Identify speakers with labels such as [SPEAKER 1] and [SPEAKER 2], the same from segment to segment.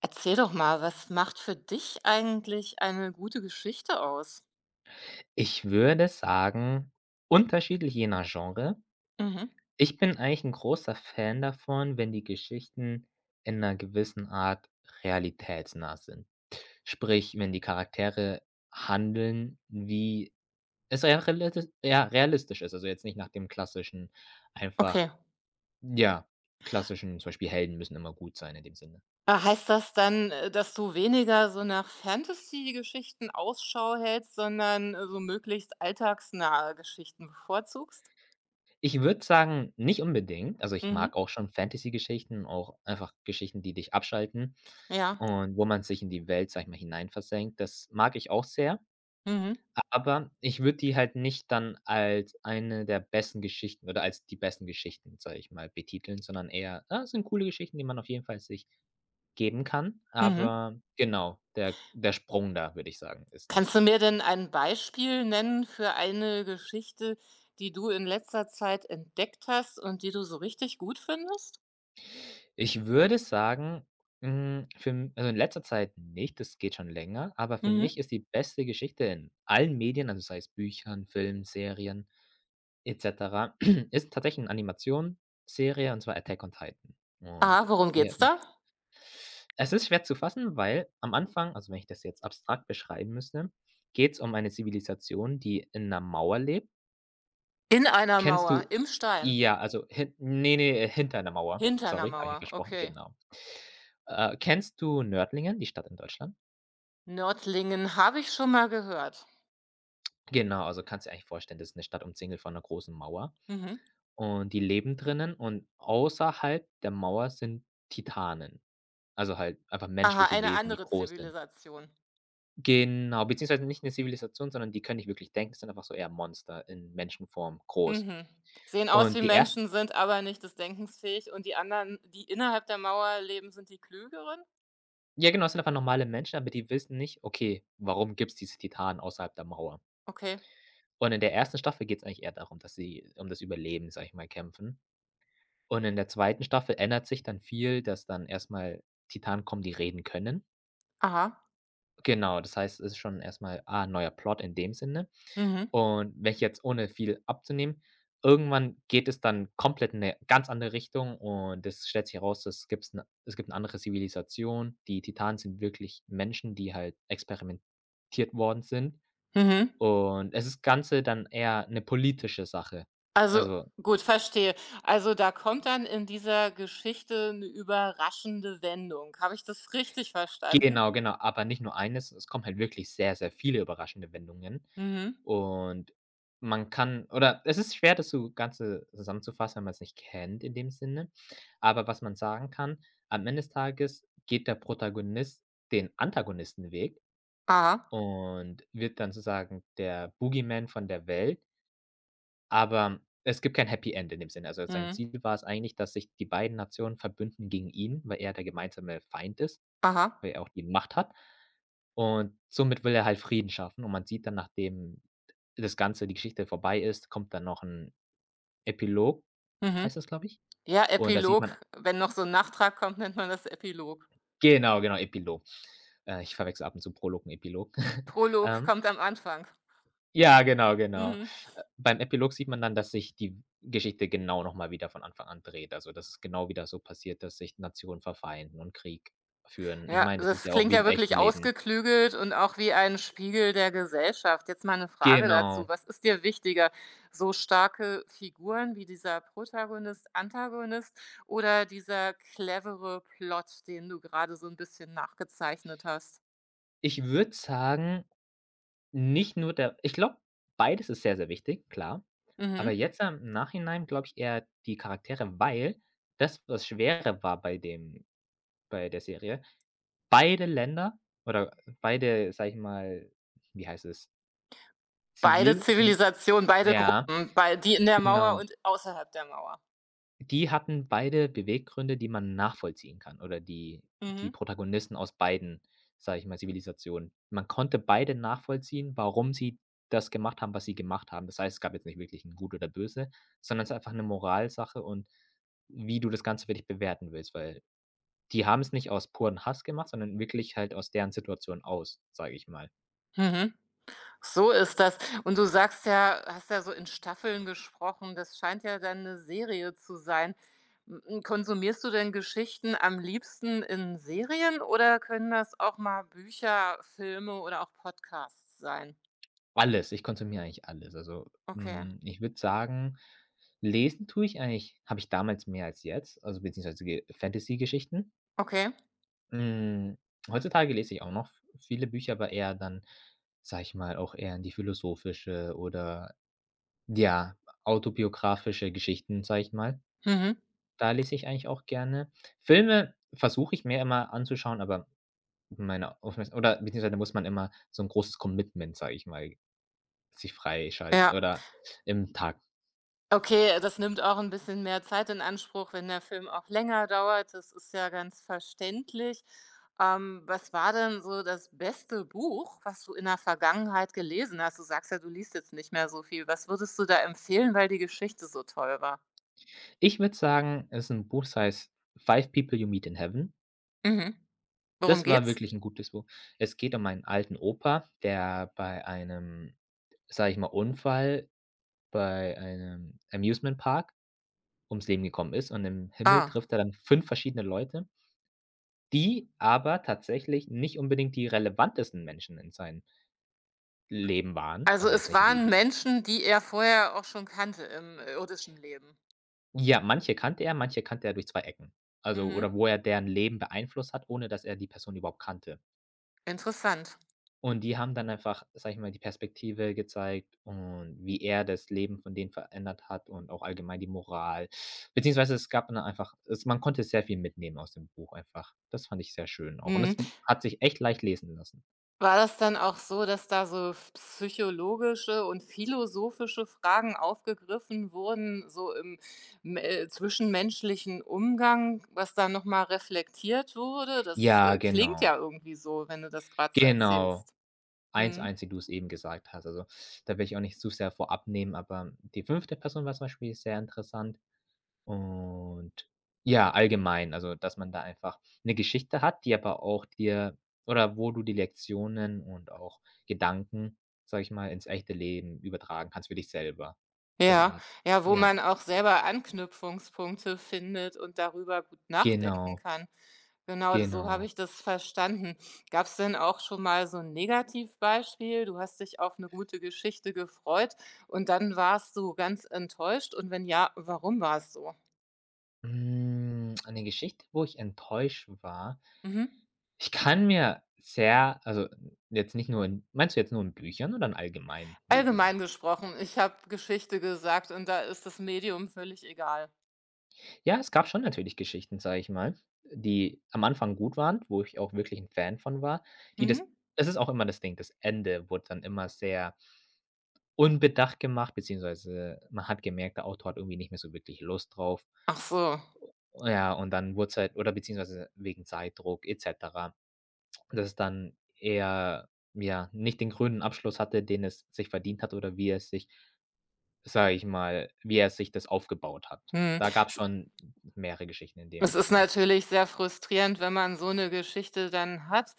[SPEAKER 1] Erzähl doch mal, was macht für dich eigentlich eine gute Geschichte aus?
[SPEAKER 2] Ich würde sagen, unterschiedlich je nach Genre.
[SPEAKER 1] Mhm.
[SPEAKER 2] Ich bin eigentlich ein großer Fan davon, wenn die Geschichten in einer gewissen Art realitätsnah sind. Sprich, wenn die Charaktere handeln, wie es rea relati ja, realistisch ist. Also, jetzt nicht nach dem klassischen einfach
[SPEAKER 1] Okay.
[SPEAKER 2] ja, klassischen zum Beispiel Helden müssen immer gut sein in dem Sinne.
[SPEAKER 1] Heißt das dann, dass du weniger so nach Fantasy-Geschichten Ausschau hältst, sondern, so möglichst alltagsnahe Geschichten bevorzugst?
[SPEAKER 2] Ich würde sagen, nicht unbedingt. Also, ich
[SPEAKER 1] Mhm.
[SPEAKER 2] mag auch schon Fantasy-Geschichten, auch einfach Geschichten, die dich abschalten
[SPEAKER 1] Ja.
[SPEAKER 2] und wo man sich in die Welt, sage ich mal, hineinversenkt. Das mag ich auch sehr,
[SPEAKER 1] Mhm.
[SPEAKER 2] aber ich würde die halt nicht dann als eine der besten Geschichten oder als die besten Geschichten, sage ich mal, betiteln, sondern eher, ah, es sind coole Geschichten, die man auf jeden Fall sich geben kann.
[SPEAKER 1] Mhm.
[SPEAKER 2] Aber genau, der Sprung da, würde ich sagen, ist
[SPEAKER 1] Kannst
[SPEAKER 2] nicht.
[SPEAKER 1] du mir denn ein Beispiel nennen für eine Geschichte, die du in letzter Zeit entdeckt hast und die du so richtig gut findest?
[SPEAKER 2] Ich würde sagen, hm, für m also in letzter Zeit nicht, das geht schon länger, aber für
[SPEAKER 1] Mhm.
[SPEAKER 2] mich ist die beste Geschichte in allen Medien, also sei es Büchern, Filmen, Serien et cetera, ist tatsächlich eine Animationsserie, und zwar Attack on Titan. Und
[SPEAKER 1] Ah, worum
[SPEAKER 2] die
[SPEAKER 1] geht's
[SPEAKER 2] hat mich,
[SPEAKER 1] da?
[SPEAKER 2] es ist schwer zu fassen, weil am Anfang, also wenn ich das jetzt abstrakt beschreiben müsste, geht es um eine Zivilisation, die in einer Mauer lebt.
[SPEAKER 1] In einer
[SPEAKER 2] Kennst
[SPEAKER 1] Mauer,
[SPEAKER 2] du
[SPEAKER 1] im Stein,
[SPEAKER 2] ja, also hin ne, ne, hinter 'ner Mauer.
[SPEAKER 1] hinter einer
[SPEAKER 2] Sorry, habe ich
[SPEAKER 1] Mauer,
[SPEAKER 2] versprochen,
[SPEAKER 1] okay.
[SPEAKER 2] genau. Kennst du Nördlingen, die Stadt in Deutschland?
[SPEAKER 1] Nördlingen habe ich schon mal gehört.
[SPEAKER 2] Genau, also kannst dir eigentlich vorstellen, das ist 'ne Stadt umzingelt von 'ner großen Mauer
[SPEAKER 1] Mhm.
[SPEAKER 2] und die leben drinnen und außerhalb der Mauer sind Titanen, also halt einfach
[SPEAKER 1] Aha,
[SPEAKER 2] menschliche
[SPEAKER 1] eine
[SPEAKER 2] Wesen, die
[SPEAKER 1] andere
[SPEAKER 2] groß sind.
[SPEAKER 1] Zivilisation.
[SPEAKER 2] Genau, beziehungsweise nicht 'ne Zivilisation, sondern die können nicht wirklich denken, sind einfach so eher Monster in Menschenform groß.
[SPEAKER 1] Mhm. Sehen aus
[SPEAKER 2] Und
[SPEAKER 1] wie
[SPEAKER 2] die erst
[SPEAKER 1] Menschen, sind aber nicht des Denkens fähig und die anderen, die innerhalb der Mauer leben, sind die klügeren?
[SPEAKER 2] Ja, genau, es sind einfach normale Menschen, aber die wissen nicht: „Okay, warum gibt es diese Titanen außerhalb der Mauer?“
[SPEAKER 1] Okay.
[SPEAKER 2] Und in der ersten Staffel geht es eigentlich eher darum, dass sie um das Überleben, sage ich mal, kämpfen. Und in der zweiten Staffel ändert sich dann viel, dass dann erstmal Titanen kommen, die reden können.
[SPEAKER 1] Aha.
[SPEAKER 2] Genau, das heißt, es ist schon erstmal mal, ah, ein neuer Plot in dem Sinne.
[SPEAKER 1] Mhm.
[SPEAKER 2] Und wenn ich jetzt ohne viel abzunehmen, irgendwann geht es dann komplett in eine ganz andere Richtung und es stellt sich heraus, es gibt eine andere Zivilisation. Die Titanen sind wirklich Menschen, die halt experimentiert worden sind.
[SPEAKER 1] Mhm.
[SPEAKER 2] Und es ist Ganze dann eher eine politische Sache.
[SPEAKER 1] Also,
[SPEAKER 2] Also
[SPEAKER 1] gut, verstehe. Also, da kommt dann in dieser Geschichte eine überraschende Wendung. Habe ich das richtig verstanden?
[SPEAKER 2] genau, genau, aber nicht nur eines, es kommen halt wirklich sehr, sehr viele überraschende Wendungen
[SPEAKER 1] Mhm.
[SPEAKER 2] und man kann, oder es ist schwer, das so Ganze zusammenzufassen, wenn man's nicht kennt in dem Sinne. Aber was man sagen kann, am Ende des Tages geht der Protagonist den Antagonistenweg
[SPEAKER 1] Aha.
[SPEAKER 2] und wird dann sozusagen der Boogeyman von der Welt, aber es gibt kein Happy End in dem Sinne. Also, sein
[SPEAKER 1] Mhm.
[SPEAKER 2] Ziel war es eigentlich, dass sich die beiden Nationen verbünden gegen ihn, weil er der gemeinsame Feind ist,
[SPEAKER 1] Aha.
[SPEAKER 2] weil er auch die Macht hat. Und somit will er halt Frieden schaffen und man sieht dann, nachdem das Ganze, die Geschichte vorbei ist, kommt dann noch ein Epilog,
[SPEAKER 1] Mhm.
[SPEAKER 2] heißt das, glaube ich.
[SPEAKER 1] Ja,
[SPEAKER 2] Und da sieht
[SPEAKER 1] Epilog.
[SPEAKER 2] man
[SPEAKER 1] Wenn noch so ein Nachtrag kommt, nennt man das Epilog.
[SPEAKER 2] genau, genau, Epilog. Ich verwechsle ab und zu Prolog und Epilog.
[SPEAKER 1] Prolog
[SPEAKER 2] Ähm,
[SPEAKER 1] kommt am Anfang.
[SPEAKER 2] ja, genau, genau.
[SPEAKER 1] Mhm.
[SPEAKER 2] Beim Epilog sieht man dann, dass sich die Geschichte genau noch mal wieder von Anfang an dreht. Also, dass es genau wieder so passiert, dass sich Nationen verfeinden und Krieg führen. Ich
[SPEAKER 1] Ja,
[SPEAKER 2] meine, das ist
[SPEAKER 1] das
[SPEAKER 2] ja auch
[SPEAKER 1] klingt
[SPEAKER 2] wie
[SPEAKER 1] ja
[SPEAKER 2] im echten
[SPEAKER 1] wirklich
[SPEAKER 2] Leben.
[SPEAKER 1] ausgeklügelt und auch wie ein Spiegel der Gesellschaft. Jetzt mal eine Frage dazu.
[SPEAKER 2] Genau.
[SPEAKER 1] Was ist dir wichtiger, so starke Figuren wie dieser Protagonist, Antagonist oder dieser clevere Plot, den du gerade so ein bisschen nachgezeichnet hast?
[SPEAKER 2] Ich würde sagen, Nicht nur der ich glaube, beides ist sehr, sehr wichtig, klar. Aber
[SPEAKER 1] Mhm.
[SPEAKER 2] jetzt im Nachhinein glaube ich eher die Charaktere, weil das, was schwerer war bei der Serie, beide Länder oder beide, sage ich mal, wie heißt es,
[SPEAKER 1] Beide
[SPEAKER 2] Zivil Zivil
[SPEAKER 1] Zivilisationen, beide
[SPEAKER 2] ja,
[SPEAKER 1] Gruppen, bei die in der Mauer
[SPEAKER 2] genau.
[SPEAKER 1] und außerhalb der Mauer.
[SPEAKER 2] Die hatten beide Beweggründe, die man nachvollziehen kann, oder die
[SPEAKER 1] Mhm.
[SPEAKER 2] Protagonisten aus beiden, sage ich mal, Zivilisationen. Man konnte beide nachvollziehen, warum sie das gemacht haben, was sie gemacht haben. Das heißt, es gab jetzt nicht wirklich ein Gut oder Böse, sondern es ist einfach eine Moralsache und wie du das Ganze für dich bewerten willst, weil die haben es nicht aus puren Hass gemacht, sondern wirklich halt aus deren Situation aus, sage ich mal.
[SPEAKER 1] Mhm. So ist das. Und du sagst ja hast ja so in Staffeln gesprochen, das scheint ja dann eine Serie zu sein. Konsumierst du denn Geschichten am liebsten in Serien oder können das auch mal Bücher, Filme oder auch Podcasts sein?
[SPEAKER 2] Alles, ich konsumiere eigentlich alles. Also,
[SPEAKER 1] Okay,
[SPEAKER 2] hm, ich würde sagen, lesen tue ich eigentlich habe ich damals mehr als jetzt, also beziehungsweise Ge Fantasy-Geschichten.
[SPEAKER 1] okay.
[SPEAKER 2] Hm, heutzutage lese ich auch noch viele Bücher, aber eher dann, sage ich mal, auch eher in die philosophische oder ja, autobiografische Geschichten, sage ich mal.
[SPEAKER 1] Mhm.
[SPEAKER 2] Da lese ich eigentlich auch gerne. Filme versuche ich mir immer anzuschauen, aber meine Aufmerksam oder beziehungsweise muss man immer so ein großes Commitment, sage ich mal, sich freischalten
[SPEAKER 1] Ja.
[SPEAKER 2] oder im Tag.
[SPEAKER 1] Okay, das nimmt auch ein bisschen mehr Zeit in Anspruch, wenn der Film auch länger dauert. Das ist ja ganz verständlich. Was war denn so das beste Buch, was du in der Vergangenheit gelesen hast? Du sagst ja, du liest jetzt nicht mehr so viel. Was würdest du da empfehlen, weil die Geschichte so toll war?
[SPEAKER 2] Ich würde sagen, es ist ein Buch, das heißt „Five People You Meet in Heaven“.
[SPEAKER 1] Mhm. Worum
[SPEAKER 2] Das war
[SPEAKER 1] geht's?
[SPEAKER 2] wirklich ein gutes Buch. Es geht um einen alten Opa, der bei einem, sage ich mal, Unfall bei einem Amusement Park ums Leben gekommen ist und im Himmel
[SPEAKER 1] Ah,
[SPEAKER 2] trifft er dann 5 verschiedene Leute, die aber tatsächlich nicht unbedingt die relevantesten Menschen in seinem Leben waren.
[SPEAKER 1] also
[SPEAKER 2] Also, jetzt
[SPEAKER 1] es
[SPEAKER 2] nicht irgendwie
[SPEAKER 1] waren
[SPEAKER 2] die,
[SPEAKER 1] Menschen, die er vorher auch schon kannte im irdischen Leben.
[SPEAKER 2] ja, manche kannte er durch 2 Ecken. Also
[SPEAKER 1] Mhm.
[SPEAKER 2] oder wo er deren Leben beeinflusst hat, ohne dass er die Person überhaupt kannte.
[SPEAKER 1] Interessant.
[SPEAKER 2] Und die haben dann einfach, sage ich mal, die Perspektive gezeigt und wie er das Leben von denen verändert hat und auch allgemein die Moral. Beziehungsweise es gab dann einfach, es man konnte sehr viel mitnehmen aus dem Buch einfach. Das fand ich sehr schön auch. Und es
[SPEAKER 1] Mhm.
[SPEAKER 2] hat sich echt leicht lesen lassen.
[SPEAKER 1] War das dann auch so, dass da so psychologische und philosophische Fragen aufgegriffen wurden, so im m zwischenmenschlichen Umgang, was da nochmal reflektiert wurde? Das,
[SPEAKER 2] Ja,
[SPEAKER 1] klingt
[SPEAKER 2] genau.
[SPEAKER 1] ja irgendwie so, wenn du das gerade so
[SPEAKER 2] Genau.
[SPEAKER 1] erzählst.
[SPEAKER 2] eins
[SPEAKER 1] Mhm.
[SPEAKER 2] eins, wie du es eben gesagt hast. Also, da will ich auch nicht zu sehr vorab nehmen, aber die fünfte Person war zum Beispiel sehr interessant. Und ja, allgemein, also, dass man da einfach eine Geschichte hat, die aber auch dir, oder wo du die Lektionen und auch Gedanken, sage ich mal, ins echte Leben übertragen kannst für dich selber. So eine
[SPEAKER 1] Ja,
[SPEAKER 2] Art.
[SPEAKER 1] ja, wo
[SPEAKER 2] Ja,
[SPEAKER 1] man auch selber Anknüpfungspunkte findet und darüber gut nachdenken
[SPEAKER 2] genau,
[SPEAKER 1] kann. Genau, so habe
[SPEAKER 2] genau.
[SPEAKER 1] ich das verstanden. Gab es denn auch schon mal so ein Negativbeispiel? Du hast dich auf eine gute Geschichte gefreut und dann warst du ganz enttäuscht und wenn ja, warum war es so?
[SPEAKER 2] Hm, eine Geschichte, wo ich enttäuscht war.
[SPEAKER 1] Mhm.
[SPEAKER 2] Ich kann mir sehr, also, jetzt nicht nur in meinst du jetzt nur in Büchern oder in allgemeinen Medium?
[SPEAKER 1] Allgemein gesprochen, ich habe Geschichte gesagt und da ist das Medium völlig egal.
[SPEAKER 2] Ja, es gab schon natürlich Geschichten, sage ich mal, die am Anfang gut waren, wo ich auch wirklich 'n Fan von war, die das
[SPEAKER 1] Mhm.
[SPEAKER 2] das ist auch immer das Ding, das Ende wurde dann immer sehr unbedacht gemacht, beziehungsweise man hat gemerkt, der Autor hat irgendwie nicht mehr so wirklich Lust drauf.
[SPEAKER 1] Ach so.
[SPEAKER 2] Oh ja, und dann wurde es halt, oder beziehungsweise wegen Zeitdruck et cetera, dass es dann eher, ja, nicht den krönenden Abschluss hatte, den es sich verdient hat oder wie er es sich, sage ich mal, wie er sich das aufgebaut hat.
[SPEAKER 1] Mhm.
[SPEAKER 2] Da gab's
[SPEAKER 1] Es
[SPEAKER 2] schon mehrere Geschichten in dem
[SPEAKER 1] es ist
[SPEAKER 2] Kontext.
[SPEAKER 1] natürlich sehr frustrierend, wenn man so eine Geschichte dann hat.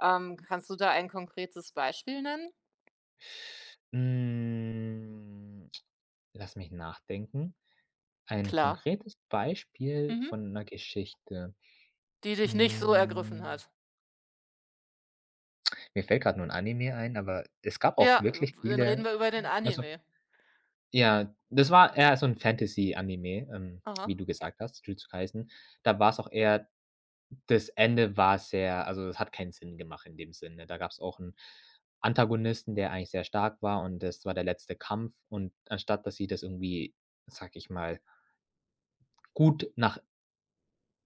[SPEAKER 1] Kannst du da ein konkretes Beispiel nennen?
[SPEAKER 2] Hm, lass mich nachdenken. Ein
[SPEAKER 1] Klar.
[SPEAKER 2] konkretes Beispiel
[SPEAKER 1] Mhm.
[SPEAKER 2] von einer Geschichte.
[SPEAKER 1] Die dich nicht so ergriffen
[SPEAKER 2] Hm,
[SPEAKER 1] hat.
[SPEAKER 2] mir fällt gerade nur 'n Anime ein, aber es gab auch
[SPEAKER 1] Ja,
[SPEAKER 2] wirklich
[SPEAKER 1] dann reden
[SPEAKER 2] viele,
[SPEAKER 1] wir über den
[SPEAKER 2] also,
[SPEAKER 1] Anime.
[SPEAKER 2] ja, das war eher so ein Fantasy-Anime, wie
[SPEAKER 1] Aha.
[SPEAKER 2] du gesagt hast, Jujutsu Kaisen. Da war es auch eher. Das Ende war sehr, also, es hat keinen Sinn gemacht in dem Sinne. Da gab es auch einen Antagonisten, der eigentlich sehr stark war und das war der letzte Kampf und anstatt, dass sie das irgendwie, sag ich mal, gut nach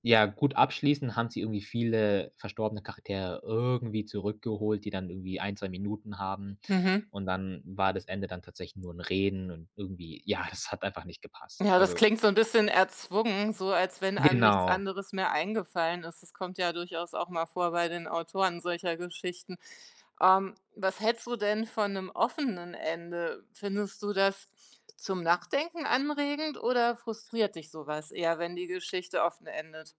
[SPEAKER 2] ja, gut abschließen, haben sie irgendwie viele verstorbene Charaktere irgendwie zurückgeholt, die dann irgendwie ein 2 Minuten haben
[SPEAKER 1] Mhm.
[SPEAKER 2] und dann war das Ende dann tatsächlich nur ein Reden und irgendwie ja, das hat einfach nicht gepasst.
[SPEAKER 1] Ja, das
[SPEAKER 2] Also
[SPEAKER 1] klingt so ein bisschen erzwungen, so als wenn einem nichts
[SPEAKER 2] genau.
[SPEAKER 1] anderes mehr eingefallen ist. Das kommt ja durchaus auch mal vor bei den Autoren solcher Geschichten. Was hältst du denn von einem offenen Ende? Findest du das zum Nachdenken anregend oder frustriert dich sowas eher, wenn die Geschichte offen endet?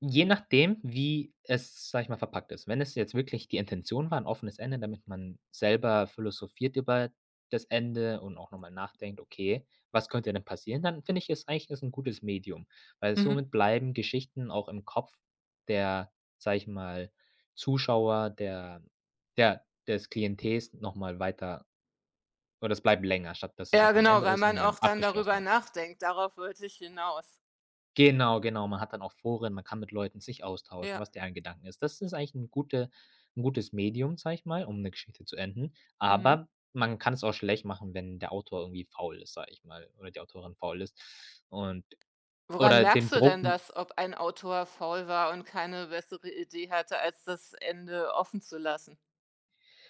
[SPEAKER 2] Je nachdem, wie es, sage ich mal, verpackt ist. Wenn es jetzt wirklich die Intention war, ein offenes Ende, damit man selber philosophiert über das Ende und auch nochmal nachdenkt: „Okay, was könnte denn passieren?“ Dann finde ich es eigentlich, ist 'n gutes Medium, weil
[SPEAKER 1] Mhm.
[SPEAKER 2] somit bleiben Geschichten auch im Kopf der, sage ich mal, Zuschauer, der des Klientels nochmal weiter, oder es bleibt länger, statt dass es
[SPEAKER 1] Ja,
[SPEAKER 2] einfach ein
[SPEAKER 1] genau,
[SPEAKER 2] Ende
[SPEAKER 1] weil
[SPEAKER 2] ist und
[SPEAKER 1] man
[SPEAKER 2] man
[SPEAKER 1] auch dann
[SPEAKER 2] abgeschlossen
[SPEAKER 1] darüber
[SPEAKER 2] hat.
[SPEAKER 1] nachdenkt. Darauf wollte ich hinaus.
[SPEAKER 2] Genau, genau. Man hat dann auch Foren, man kann mit Leuten sich austauschen,
[SPEAKER 1] Ja.
[SPEAKER 2] was deren Gedanken ist. Das ist eigentlich ein gute 'n gutes Medium, sage ich mal, um eine Geschichte zu enden,
[SPEAKER 1] Mhm.
[SPEAKER 2] aber man kann es auch schlecht machen, wenn der Autor irgendwie faul ist, sage ich mal, oder die Autorin faul ist und
[SPEAKER 1] Woran
[SPEAKER 2] oder dem
[SPEAKER 1] merkst du
[SPEAKER 2] Druck
[SPEAKER 1] denn das, ob ein Autor faul war und keine bessere Idee hatte, als das Ende offen zu lassen?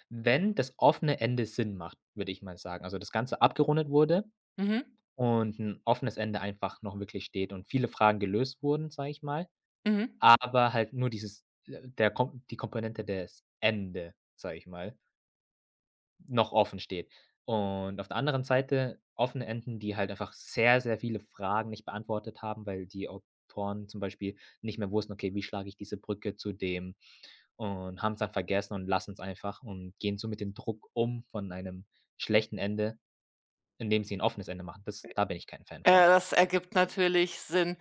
[SPEAKER 2] wenn das offene Ende Sinn macht, würde ich mal sagen. Also, das Ganze abgerundet wurde
[SPEAKER 1] Mhm,
[SPEAKER 2] und ein offenes Ende einfach noch wirklich steht und viele Fragen gelöst wurden, sage ich mal,
[SPEAKER 1] mhm.
[SPEAKER 2] aber halt nur dieses der Kom die Komponente des Ende, sage ich mal, noch offen steht. Und auf der anderen Seite offene Enden, die halt einfach sehr, sehr viele Fragen nicht beantwortet haben, weil die Autoren zum Beispiel nicht mehr wussten: „Okay, wie schlage ich diese Brücke zu dem?“ Und haben's dann vergessen und lassen es einfach und gehen so mit dem Druck um von einem schlechten Ende, indem sie ein offenes Ende machen. Das Da bin ich kein Fan von.
[SPEAKER 1] Das ergibt natürlich Sinn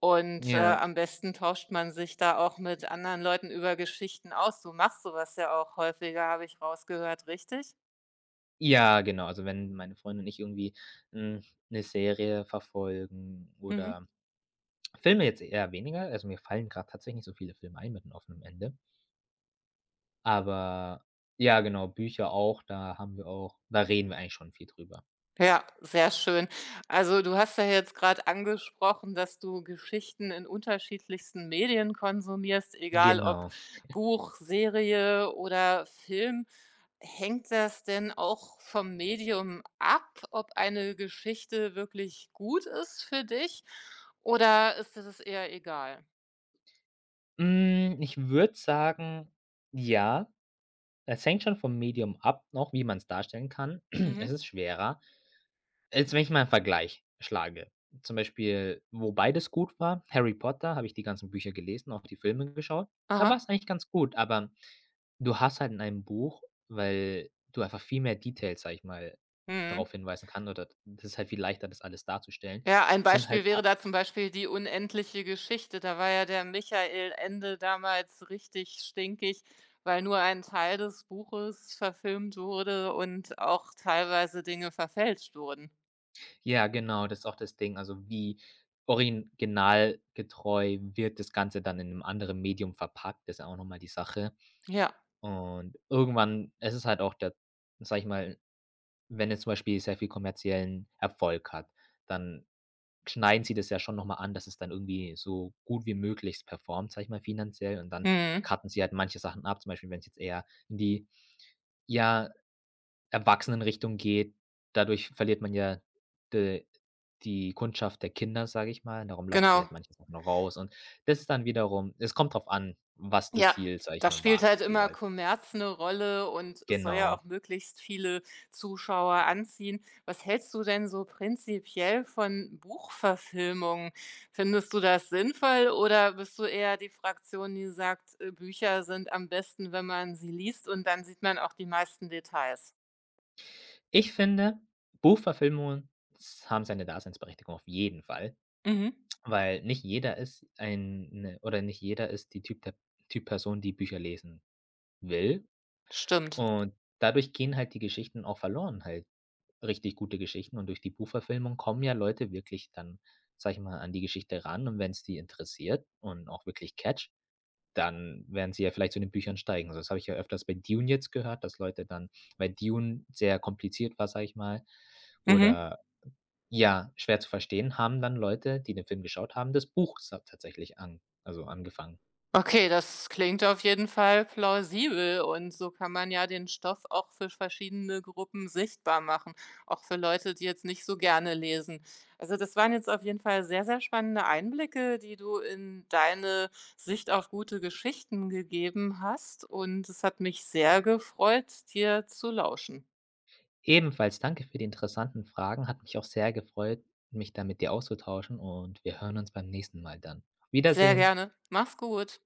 [SPEAKER 1] und,
[SPEAKER 2] Ja.
[SPEAKER 1] am besten tauscht man sich da auch mit anderen Leuten über Geschichten aus. Du machst so was ja auch häufiger, habe ich rausgehört, richtig?
[SPEAKER 2] Ja, genau. Also, wenn meine Freundin und ich irgendwie eine Serie verfolgen
[SPEAKER 1] Mhm.
[SPEAKER 2] oder Filme jetzt eher weniger. Also, mir fallen gerade tatsächlich nicht so viele Filme ein mit einem offenen Ende. Aber ja, genau, Bücher auch, da reden wir eigentlich schon viel drüber.
[SPEAKER 1] Ja, sehr schön. Also du hast ja jetzt gerade angesprochen, dass du Geschichten in unterschiedlichsten Medien konsumierst, egal ob
[SPEAKER 2] Genau.
[SPEAKER 1] Buch, Serie oder Film. Hängt das denn auch vom Medium ab, ob eine Geschichte wirklich gut ist für dich oder ist es das eher egal?
[SPEAKER 2] Hm, ich würde sagen, ja, es hängt schon vom Medium ab noch, wie man's darstellen kann.
[SPEAKER 1] Mhm.
[SPEAKER 2] Es ist schwerer. Jetzt, wenn ich mal einen Vergleich schlage, zum Beispiel, wo beides gut war, Harry Potter, habe ich die ganzen Bücher gelesen, auch die Filme geschaut. Da war es
[SPEAKER 1] Aha.
[SPEAKER 2] eigentlich ganz gut, aber du hast halt in einem Buch, weil du einfach viel mehr Details, sage ich mal,
[SPEAKER 1] Mhm.
[SPEAKER 2] darauf hinweisen kann, oder das ist halt viel leichter, das alles darzustellen,
[SPEAKER 1] Ja, ein
[SPEAKER 2] sind
[SPEAKER 1] Beispiel
[SPEAKER 2] halt
[SPEAKER 1] wäre
[SPEAKER 2] pa,
[SPEAKER 1] da zum Beispiel die unendliche Geschichte. Da war ja der Michael Ende damals richtig stinkig, weil nur ein Teil des Buches verfilmt wurde und auch teilweise Dinge verfälscht wurden.
[SPEAKER 2] ja, genau, das ist auch das Ding. Also, wie originalgetreu wird das Ganze dann in 'nem anderen Medium verpackt, ist ja auch noch mal die Sache.
[SPEAKER 1] Ja,
[SPEAKER 2] Und irgendwann, es ist halt auch der, sage ich mal, wenn es zum Beispiel sehr viel kommerziellen Erfolg hat, dann schneiden sie das ja schon noch mal an, dass es dann irgendwie so gut wie möglich performt, sag ich mal, finanziell und dann
[SPEAKER 1] mhm,
[SPEAKER 2] cutten sie halt manche Sachen ab. Zum Beispiel, wenn es jetzt eher in die, ja, Erwachsenenrichtung geht, dadurch verliert man ja de die Kundschaft der Kinder, sage ich mal. Darum lassen sie halt
[SPEAKER 1] genau.
[SPEAKER 2] manche Sachen noch raus und das ist dann wiederum, es kommt drauf an, was das
[SPEAKER 1] Ja,
[SPEAKER 2] Ziel, sage ich
[SPEAKER 1] da
[SPEAKER 2] mal,
[SPEAKER 1] spielt
[SPEAKER 2] war
[SPEAKER 1] halt immer
[SPEAKER 2] jeweils.
[SPEAKER 1] Kommerz 'ne Rolle und es soll ja
[SPEAKER 2] Genau.
[SPEAKER 1] auch möglichst viele Zuschauer anziehen. Was hältst du denn so prinzipiell von Buchverfilmungen? Findest du das sinnvoll oder bist du eher die Fraktion, die sagt, Bücher sind am besten, wenn man sie liest und dann sieht man auch die meisten Details?
[SPEAKER 2] Ich finde, Buchverfilmungen haben seine Daseinsberechtigung auf jeden Fall,
[SPEAKER 1] Mhm,
[SPEAKER 2] weil nicht jeder ist ein 'ne oder nicht jeder ist die Typ der Typ Person, die Bücher lesen will.
[SPEAKER 1] stimmt.
[SPEAKER 2] Und dadurch gehen halt die Geschichten auch verloren, halt richtig gute Geschichten. Und durch die Buchverfilmung kommen ja Leute wirklich dann, sage ich mal, an die Geschichte ran. Und wenn es die interessiert und auch wirklich catcht, dann werden sie ja vielleicht zu den Büchern steigen. So, das habe ich ja öfters bei Dune jetzt gehört, dass Leute dann, weil Dune sehr kompliziert war, sage ich mal,
[SPEAKER 1] Mhm.
[SPEAKER 2] oder ja, schwer zu verstehen, haben dann Leute, die den Film geschaut haben, das Buch sa tatsächlich an also angefangen.
[SPEAKER 1] Okay, das klingt auf jeden Fall plausibel und so kann man ja den Stoff auch für verschiedene Gruppen sichtbar machen, auch für Leute, die jetzt nicht so gerne lesen. Also das waren jetzt auf jeden Fall sehr, sehr spannende Einblicke, die du in deine Sicht auf gute Geschichten gegeben hast und es hat mich sehr gefreut, dir zu lauschen.
[SPEAKER 2] Ebenfalls danke für die interessanten Fragen. Hat mich auch sehr gefreut, mich da mit dir auszutauschen und wir hören uns beim nächsten Mal dann. Auf
[SPEAKER 1] Sehr
[SPEAKER 2] Wiedersehen.
[SPEAKER 1] gerne. Mach's gut.